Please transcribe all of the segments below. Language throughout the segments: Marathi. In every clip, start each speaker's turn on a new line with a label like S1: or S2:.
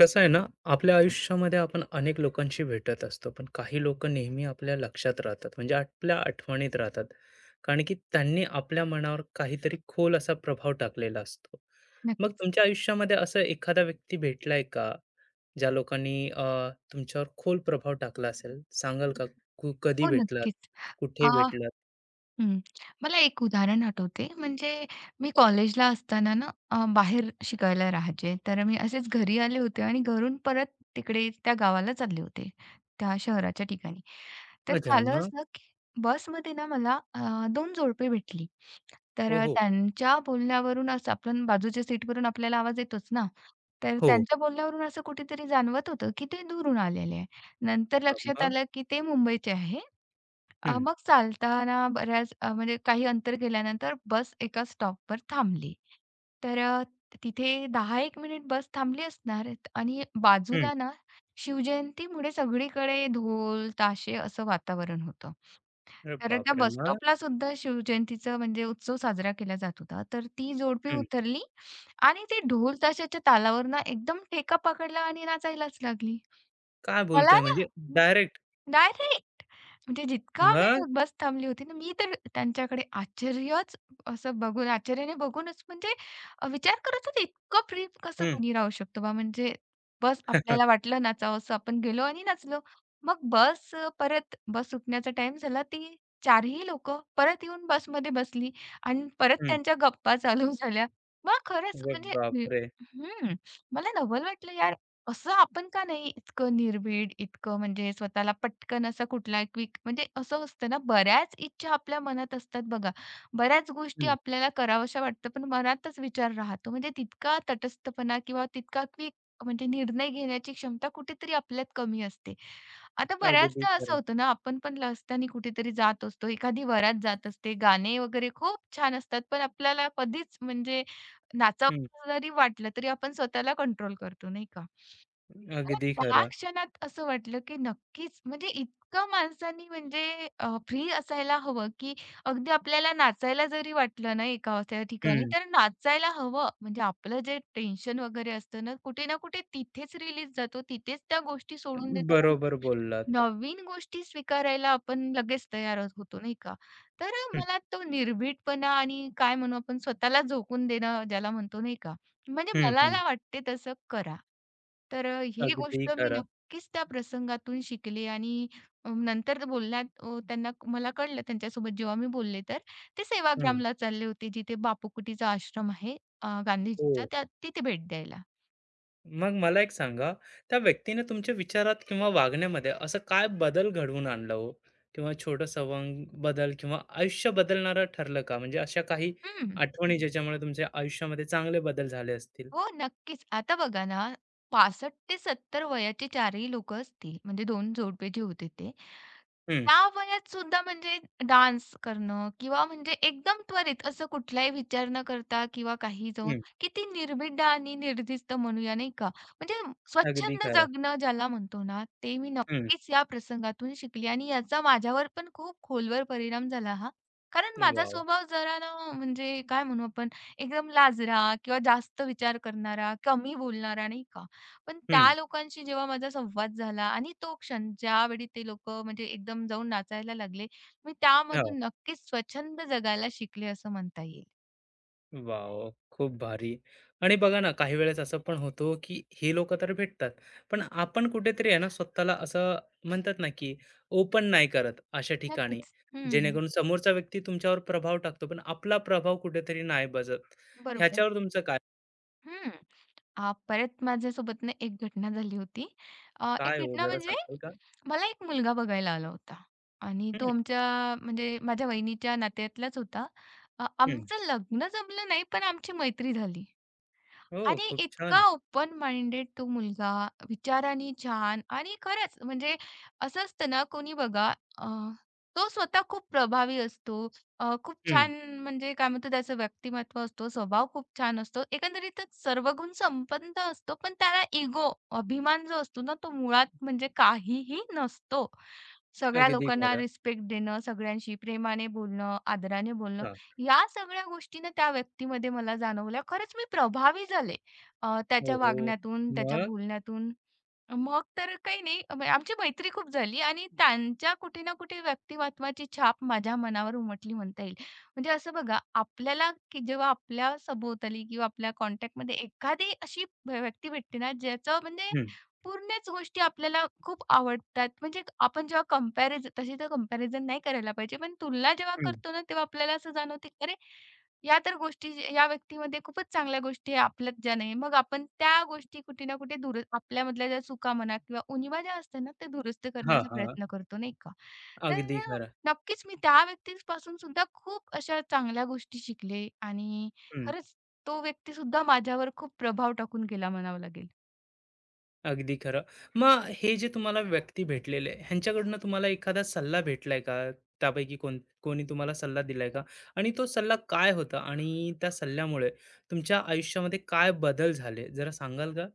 S1: कसं आहे ना, आपल्या आयुष्यामध्ये आपण अनेक लोकांशी भेटत असतो, पण काही लोक नेहमी आपल्या लक्षात राहतात, म्हणजे आपल्या आठवणीत राहतात. कारण की त्यांनी आपल्या मनावर काहीतरी खोल असा प्रभाव टाकलेला असतो. मग
S2: नक्कीच.
S1: तुमच्या आयुष्यामध्ये असं एखादा व्यक्ती भेटलाय का? ज्या लोकांनी तुमच्यावर खोल प्रभाव टाकला असेल? सांगाल का? कधी
S2: हो,
S1: भेटलात?
S2: नक्कीच. अ,
S1: कुठे भेटलात?
S2: हं. मला एक उदाहरण आठवते म्हणजे मी कॉलेजला असताना ना बाहेर शिकायला राहायचे. तर मी असेच घरी आले होते आणि घरून परत तिकडे त्या गावाला चालले होते, त्या शहराच्या ठिकाणी. तर
S1: अच्छा
S2: झालं
S1: मग?
S2: असं की बसमध्ये ना मला 2 जोडपे भेटली. तर
S1: हो, हो.
S2: त्यांच्या बोलण्यावरून असं आपण बाजूच्या सीटवरून आपल्याला आवाज येतोच ना. तर
S1: हो.
S2: त्यांच्या बोलण्यावरून असं कुठेतरी जाणवत होतं की ते दुरून आलेले आहे. नंतर
S1: अ,
S2: लक्षात
S1: मग?
S2: आलं, की ते मुंबईचे आहे.
S1: हं,
S2: मग चालताना बऱ्याच म्हणजे काही अंतर गेल्यानंतर बस एका स्टॉपवर थांबली. तर तिथे 10-1 मिनिट बस थांबली असणार आणि
S1: हं.
S2: बाजूला ना शिवजयंतीमुळे सगळीकडे ढोल, ताशे असं वातावरण होतं.
S1: अरे
S2: तर त्या
S1: बापरे!
S2: बस
S1: मग?
S2: स्टॉपला सुद्धा शिवजयंतीचा म्हणजे उत्सव साजरा केला जात होता. तर ती जोडपी
S1: हं.
S2: उतरली आणि ते ढोल ताशाच्या तालावर ना एकदम ठेका पकडला आणि नाचायलाच लागली.
S1: काय
S2: मला
S1: बोलताय
S2: ना
S1: म्हणजे डायरेक्ट?
S2: डायरेक्ट. म्हणजे जितका वेळ
S1: मग?
S2: बस थांबली होती ना, मी तर त्यांच्याकडे आश्चर्यच असं बघून आश्चर्याने बघूनच म्हणजे विचार करत होते, इतकं फ्री कसं
S1: हं.
S2: कोणी राहू शकतो बा? म्हणजे बस आपल्याला वाटलं नाचावंसं, आपण गेलो आणि नाचलो. मग परत बस सुटण्याचा टाईम झाला. ती चारही लोकं परत येऊन बसमध्ये बसली आणि परत
S1: हं.
S2: त्यांच्या गप्पा चालू झाल्या. मग खरंच
S1: अरे
S2: म्हणजे
S1: बापरे!
S2: हं, मला नवल वाटलं यार असं आपण का नाही इतकं निर्भीड, इतकं म्हणजे स्वतःला पटकन असा कुठला क्विक म्हणजे असं असतं ना, बऱ्याच इच्छा आपल्या मनात असतात बघा. बऱ्याच गोष्टी
S1: हं.
S2: आपल्याला कराव्याशा वाटतात, पण मनातच विचार राहतो. म्हणजे तितका तटस्थपणा किंवा तितका क्विक म्हणजे निर्णय घेण्याची क्षमता कुठेतरी आपल्यात कमी असते. आता
S1: अगदी
S2: बऱ्याचदा असं
S1: खरं.
S2: होतं ना, आपण पण रस्त्याने कुठेतरी जात असतो, एखादी वरात जात असते, गाणे वगैरे खूप छान असतात, पण आपल्याला कधीच म्हणजे
S1: हं.
S2: जरी वाटलं तरी आपण स्वतःला कंट्रोल करतो नाही का? मला
S1: अगदी
S2: त्या
S1: खरं.
S2: क्षणात असं वाटलं, की नक्कीच म्हणजे इतकं माणसांनी म्हणजे फ्री असायला हवं, की अगदी आपल्याला नाचायला जरी वाटलं ना एका त्या ठिकाणी
S1: हं.
S2: तर नाचायला हवं. म्हणजे आपलं जे टेन्शन वगैरे असतं ना कुठे ना कुठे तिथेच रिलीज जातो, तिथेच त्या गोष्टी सोडून देतो आणि
S1: बरोबर बोललात.
S2: नवीन गोष्टी स्वीकारायला आपण लगेच तयार होतो नाही का? तर
S1: हं.
S2: मला तो निर्भीडपणा आणि काय म्हणू आपण स्वतःला झोकून देणं ज्याला म्हणतो नाही का? म्हणजे
S1: हं,
S2: मला
S1: हं.
S2: ना वाटते तसं करा. तर ही
S1: अगदी
S2: गोष्ट मी
S1: खरं.
S2: नक्कीच त्या प्रसंगातून शिकले आणि नंतर बोलण्यात मला कळलं त्यांच्यासोबत जेव्हा मी बोलले तर ते
S1: हं.
S2: सेवाग्रामला चालले होते जिथे बापू कुटीचा आश्रम आहे.
S1: हो.
S2: गांधीजीचा त्या तिथे भेट द्यायला.
S1: मग मला एक सांगा, त्या व्यक्तीने तुमच्या विचारात किंवा वागण्यामध्ये असं काय बदल घडवून आणला हो? किंवा छोटं संवाद बदल किंवा आयुष्य बदलणारं ठरलं का? म्हणजे अशा काही
S2: हं.
S1: आठवणी ज्याच्यामुळे तुमच्या आयुष्यामध्ये चांगले बदल झाले असतील?
S2: हो, नक्कीच. आता बघा ना, 65 ते 70 वयाचे चारही लोकं असतील, म्हणजे दोन जोडपे जे होते ते.
S1: हं,
S2: त्या वयात सुद्धा म्हणजे डान्स करणं किंवा म्हणजे एकदम त्वरित असं कुठलाही विचार न करता किंवा काही जाऊन
S1: हं.
S2: किती निर्भिड आणि निर्धिस्त म्हणूया, नाही का? म्हणजे
S1: अगदी
S2: स्वच्छंद
S1: खरं.
S2: जगणं ज्याला म्हणतो ना, ते मी
S1: हं.
S2: नक्कीच या प्रसंगातून शिकली आणि याचा माझ्यावर पण खूप खोलवर परिणाम झाला हा. कारण माझा
S1: वॉव!
S2: स्वभाव जरा ना म्हणजे काय म्हणू आपण एकदम लाजरा किंवा जास्त विचार करणारा, कमी बोलणारा, नाही का? पण
S1: हं.
S2: त्या लोकांशी जेव्हा माझा संवाद झाला आणि तो क्षण ज्यावेळी ते लोकं म्हणजे एकदम जाऊन नाचायला लागले, मी त्यामधून नक्कीच स्वच्छंद जगायला शिकले असं म्हणता येईल.
S1: वॉव! खूप भारी. आणि बघा ना, काही वेळेस असं पण होतं, हो, की हे लोकं तर भेटतात, पण आपण कुठेतरी आहे ना, स्वतःला असं म्हणतात ना, की ओपन नाही करत अशा ठिकाणी,
S2: नक्कीच. हं,
S1: जेणेकरून समोरचा व्यक्ती तुमच्यावर प्रभाव टाकतो, पण आपला प्रभाव कुठेतरी नाही बसत.
S2: बरोबर.
S1: ह्याच्यावर तुमचं काय
S2: हं. परत माझ्यासोबतनं एक घटना झाली होती.
S1: काय
S2: एक
S1: हो
S2: घटना
S1: जरा
S2: म्हणजे
S1: सांगाल का?
S2: मला एक मुलगा बघायला आला होता आणि तो
S1: हं,
S2: आमच्या म्हणजे माझ्या वहिनीच्या नात्यातलाच होता.
S1: हं.
S2: आमचं लग्न जमलं नाही, पण आमची मैत्री झाली.
S1: हो,
S2: आणि
S1: खूप
S2: इतका
S1: छान.
S2: ओपन माइंडेड तो मुलगा, विचारांनी छान आणि खरंच म्हणजे असं असतं ना कोणी बघा अ, तो स्वतः खूप प्रभावी असतो. खूप
S1: हं,
S2: छान म्हणजे काय म्हणतो त्याचं व्यक्तिमत्व असतो, स्वभाव खूप छान असतो. एकंदरीतच सर्व गुण संपन्न असतो, पण त्याला इगो, अभिमान जो असतो ना तो मुळात म्हणजे काहीही नसतो. सगळ्या
S1: अगदी
S2: लोकांना
S1: खरं.
S2: रिस्पेक्ट देणं, सगळ्यांशी प्रेमाने बोलणं, आदराने बोलणं,
S1: हां.
S2: या सगळ्या गोष्टीनं त्या व्यक्तीमध्ये मला जाणवल्या. खरंच मी प्रभावी झाले.
S1: हो,
S2: त्याच्या
S1: हो.
S2: वागण्यातून, त्याच्या
S1: मग?
S2: बोलण्यातून. मग तर काही नाही, म्हणजे आमची मैत्री खूप झाली आणि त्यांच्या कुठे ना कुठे व्यक्तिमत्त्वाची छाप माझ्या मनावर उमटली म्हणता येईल. म्हणजे असं बघा, आपल्याला की जेव्हा आपल्या सभोवताली किंवा आपल्या कॉन्टॅक्टमध्ये एखादी अशी व्यक्ती भेटते ना, ज्याचं म्हणजे
S1: हं,
S2: पूर्णच गोष्टी आपल्याला खूप आवडतात. म्हणजे आपण जेव्हा तशी तर कंपॅरिझन नाही करायला पाहिजे, पण तुलना जेव्हा
S1: हं.
S2: करतो ना, तेव्हा आपल्याला असं जाणवते, "अरे!" या तर गोष्टी या व्यक्तीमध्ये खूपच चांगल्या गोष्टी आहे, आपल्यात ज्या नाही. मग आपण त्या गोष्टी कुठे ना कुठे दुरुस्त आपल्यामधल्या ज्या चुका म्हणा किंवा उणिवा ज्या असतात ना, त्या दुरुस्त
S1: हां,
S2: करण्याचा
S1: हां.
S2: प्रयत्न करतो, नाही का?
S1: अगदी
S2: तर
S1: खरं.
S2: नक्कीच मी त्या व्यक्तीपासून सुद्धा खूप अशा चांगल्या गोष्टी शिकले आणि खरंच तो व्यक्तीसुद्धा माझ्यावर खूप प्रभाव टाकून गेला म्हणावा लागेल.
S1: अगदी खरं. मग हे जे तुम्हाला व्यक्ती भेटलेले, आहे, ह्यांच्याकडनं तुम्हाला एखादा सल्ला भेटलाय का? त्यापैकी कोण कोणी तुम्हाला सल्ला दिलाय का? आणि तो सल्ला काय होता? आणि त्या सल्ल्यामुळे तुमच्या आयुष्यामध्ये काय बदल झाले? जरा सांगाल का?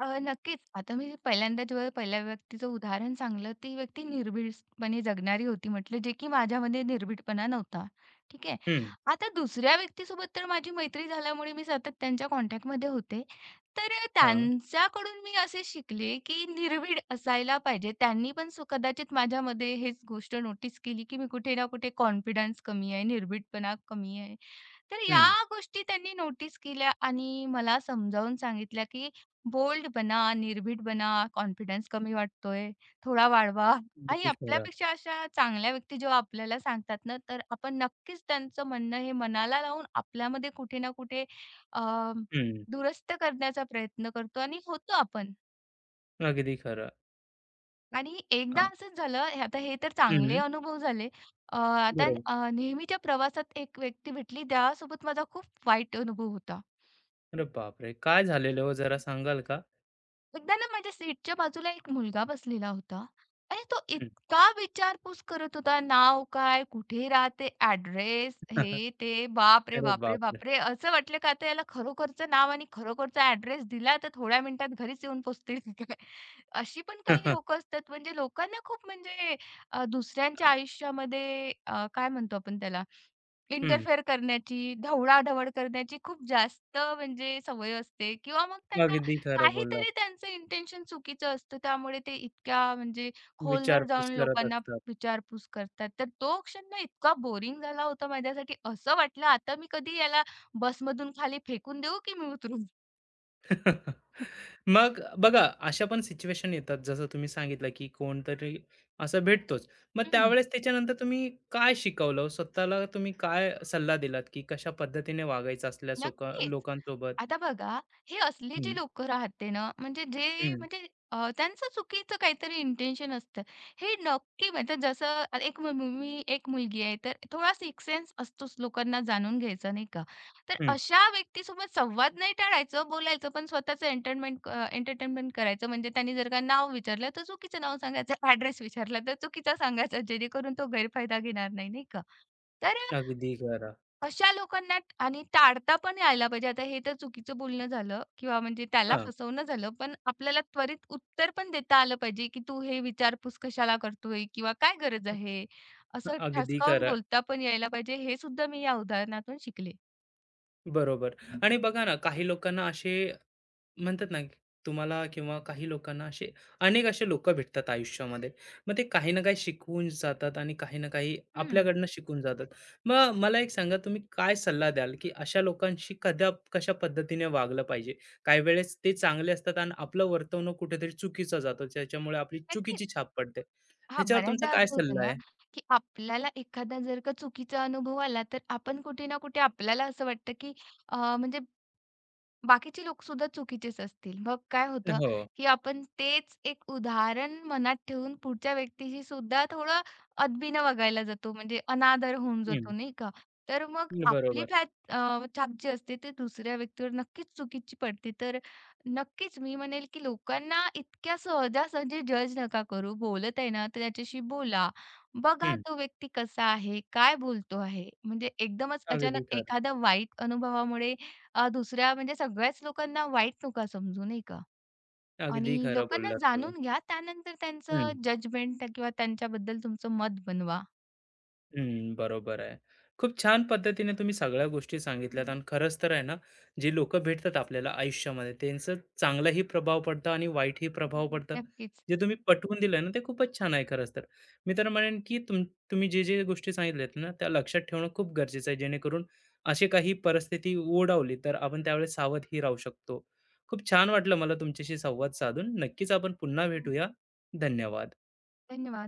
S2: नक्कीच. आता मी पहिल्यांदा जेव्हा पहिल्या व्यक्तीचं उदाहरण सांगलं, ती व्यक्ती निर्भीडपणे जगणारी होती म्हटलं, जे की माझ्यामध्ये निर्भीडपणा नव्हता. ठीक आहे.
S1: हं.
S2: आता दुसऱ्या व्यक्तीसोबत तर माझी मैत्री झाल्यामुळे मी सतत त्यांच्या कॉन्टॅक्टमध्ये होते. तर
S1: हां.
S2: त्यांच्याकडून मी असे शिकले, की निर्भीड असायला पाहिजे. त्यांनी पण सो कदाचित माझ्यामध्ये हेच गोष्ट नोटीस केली, की मी कुठे ना कुठे कॉन्फिडन्स कमी आहे, निर्भीडपणा कमी आहे. तर या
S1: हं.
S2: गोष्टी त्यांनी नोटीस केल्या आणि मला समजावून सांगितल्या, की बोल्ड बना, निर्भीड बना, कॉन्फिडन्स कमी वाटतोय, थोडा वाढवा आणि
S1: अगदी खरं.
S2: आपल्यापेक्षा अशा चांगल्या व्यक्ती जेव्हा आपल्याला सांगतात ना, तर आपण नक्कीच त्यांचं म्हणणं हे मनाला लावून आपल्यामध्ये कुठे ना कुठे अ,
S1: हं.
S2: दुरुस्त करण्याचा प्रयत्न करतो आणि होतो आपण.
S1: अगदी खरं.
S2: आणि
S1: अ,
S2: एकदा असंच झालं, आता हे तर चांगले
S1: हं.
S2: अनुभव झाले. आता
S1: बरोबर.
S2: नेहमीच्या प्रवासात एक व्यक्ती भेटली, त्यासोबत माझा खूप वाईट अनुभव होता.
S1: अरे बापरे! काय झालेलं हो जरा सांगाल का?
S2: एकदा ना माझ्या सीटच्या बाजूला एक मुलगा बसलेला होता आणि तो
S1: हं.
S2: इतका विचारपूस करत होता, नाव काय, कुठे राहते, ऍड्रेस, हे ते. बाप रे
S1: अरे
S2: बाप रे
S1: बापरे!
S2: बाप रे, असं वाटलं का आता याला खरोखरचं नाव आणि खरोखरचा ऍड्रेस दिला तर थोड्या मिनिटात घरीच येऊन पोहोचतील की काय. अशी पण काही लोक असतात म्हणजे लोकांना खूप म्हणजे दुसऱ्यांच्या आयुष्यामध्ये काय म्हणतो आपण त्याला,
S1: हं.
S2: इंटरफेअर करण्याची, ढवळाढवळ करण्याची, खूप जास्त म्हणजे सवय असते किंवा मग त्यांना
S1: अगदी खरं बोललात.
S2: काहीतरी त्यांचं इंटेन्शन चुकीचं असतं, त्यामुळे ते इतक्या म्हणजे खोलवर
S1: विचारपूस
S2: जाऊन
S1: करत
S2: लोकांना
S1: असतात.
S2: विचारपूस करतात. तर तो क्षण ना इतका बोरिंग झाला होता माझ्यासाठी, असं वाटलं आता मी कधी याला बसमधून खाली फेकून देऊ की मी उतरू?
S1: मग बघा, अशा पण सिच्युएशन येतात, जसं तुम्ही सांगितलं, की कोणतरी असं भेटतोच. मग
S2: हं.
S1: त्यावेळेस त्याच्यानंतर तुम्ही काय शिकवलं? हो? स्वतःला तुम्ही काय सल्ला दिलात, की कशा पद्धतीने वागायचं असल्या सोका
S2: नक्कीच.
S1: लोकांसोबत?
S2: आता बघा, हे असले जे
S1: हं,
S2: लोकं राहते ना, म्हणजे जे
S1: हं,
S2: म्हणजे त्यांचं चुकीचं काहीतरी इंटेन्शन असतं. हे नक्की म्हणजे जसं एक मु मु- मी एक मुलगी आहे, तर थोडा सिक्स्थ सेन्स असतोच लोकांना जाणून घ्यायचा, नाही का? तर
S1: हं.
S2: अशा व्यक्तीसोबत संवाद नाही टाळायचं, बोलायचं पण स्वतःचं एंटरटेनमेंट करायचं. म्हणजे त्यांनी जर का नाव विचारलं, तर चुकीचं नाव सांगायचं. ॲड्रेस विचारला, तर चुकीचा सांगायचा, जेणेकरून तो गैरफायदा घेणार नाही, नाही का? तर
S1: अगदी खरं.
S2: अशा लोकांना आणि टाळता पण यायला पाहिजे. आता हे तर चुकीचं बोलणं झालं किंवा म्हणजे त्याला
S1: हां,
S2: फसवणं झालं. पण आपल्याला त्वरित उत्तर पण देता आलं पाहिजे, की "तू हे विचारपूस कशाला करतोय?" किंवा "काय गरज आहे?" असं
S1: अगदी
S2: ठसकावून
S1: खरं.
S2: बोलता पण यायला पाहिजे. हे सुद्धा मी या उदाहरणातून शिकले.
S1: बरोबर. आणि बघा ना, काही लोकांना असे म्हणतात ना, की तुम्हाला किंवा काही लोकांना असे अनेक असे लोकं भेटतात आयुष्यामध्ये. मग ते काही ना काही शिकवून जातात आणि काही ना काही
S2: हं,
S1: आपल्याकडनं शिकून जातात. मग मला एक सांगा, तुम्ही काय सल्ला द्याल, की अशा लोकांशी कदा कशा पद्धतीने वागलं पाहिजे? काही वेळेस ते चांगले असतात आणि आपलं वर्तवणूक कुठेतरी चुकीचं जातं. त्याच्यामुळे आपली
S2: नक्कीच.
S1: चुकीची छाप पडते.
S2: हां,
S1: ह्याच्यावर तुमचा
S2: बऱ्याचदा
S1: काय
S2: असं होतं
S1: सल्ला
S2: ना,
S1: आहे?
S2: की आपल्याला एखादा जर का चुकीचा अनुभव आला, तर आपण कुठे ना कुठे आपल्याला असं वाटतं, की म्हणजे बाकीचे लोकसुद्धा चुकीचेच असतील. मग काय होतं,
S1: हो.
S2: की आपण तेच एक उदाहरण मनात ठेवून पुढच्या व्यक्तीशी सुद्धा थोडं अदबीनं वागायला जातो, म्हणजे अनादर होऊन
S1: हं.
S2: जातो, नाही का? तर मग आपली
S1: बरोबर.
S2: फ्लॅट छाप जी असते ती दुसऱ्या व्यक्तीवर नक्कीच चुकीची पडते. तर नक्कीच मी म्हणेल, की लोकांना इतक्या सहजासहजी जज नका करू. बोलत आहे ना, तर त्याच्याशी बोला. बघा
S1: हं.
S2: तो व्यक्ती कसा आहे, काय बोलतो आहे. म्हणजे एकदमच
S1: अगदी
S2: अचानक
S1: खरं.
S2: एखाद्या वाईट अनुभवामुळे दुसऱ्या म्हणजे सगळ्याच लोकांना वाईट नका समजू, नाही का?
S1: अगदी
S2: आणि
S1: खरं
S2: लोकांना
S1: बोललात तुम्ही.
S2: जाणून घ्या. त्यानंतर त्यांचं
S1: हं.
S2: जजमेंट किंवा त्यांच्याबद्दल तुमचं मत बनवा.
S1: हं, बरोबर आहे. खूप छान पद्धतीने तुम्ही सगळ्या गोष्टी सांगितल्यात आणि खरंच तर आहे ना, जे लोकं भेटतात आपल्याला आयुष्यामध्ये त्यांचं चांगलाही प्रभाव पडतं आणि वाईटही प्रभाव पडतं.
S2: नक्कीच.
S1: जे तुम्ही पटवून दिलं ना, ते खूपच छान आहे खरंच तर. मी तर म्हणेन की तुम्ही जे गोष्टी सांगितल्यात ना, त्या लक्षात ठेवणं खूप गरजेचं आहे जेणेकरून अशी काही परिस्थिती ओढावली तर आपण त्यावेळेस सावधही राहू शकतो. खूप छान वाटलं मला तुमच्याशी संवाद साधून. नक्कीच आपण पुन्हा भेटूया. धन्यवाद.
S2: धन्यवाद.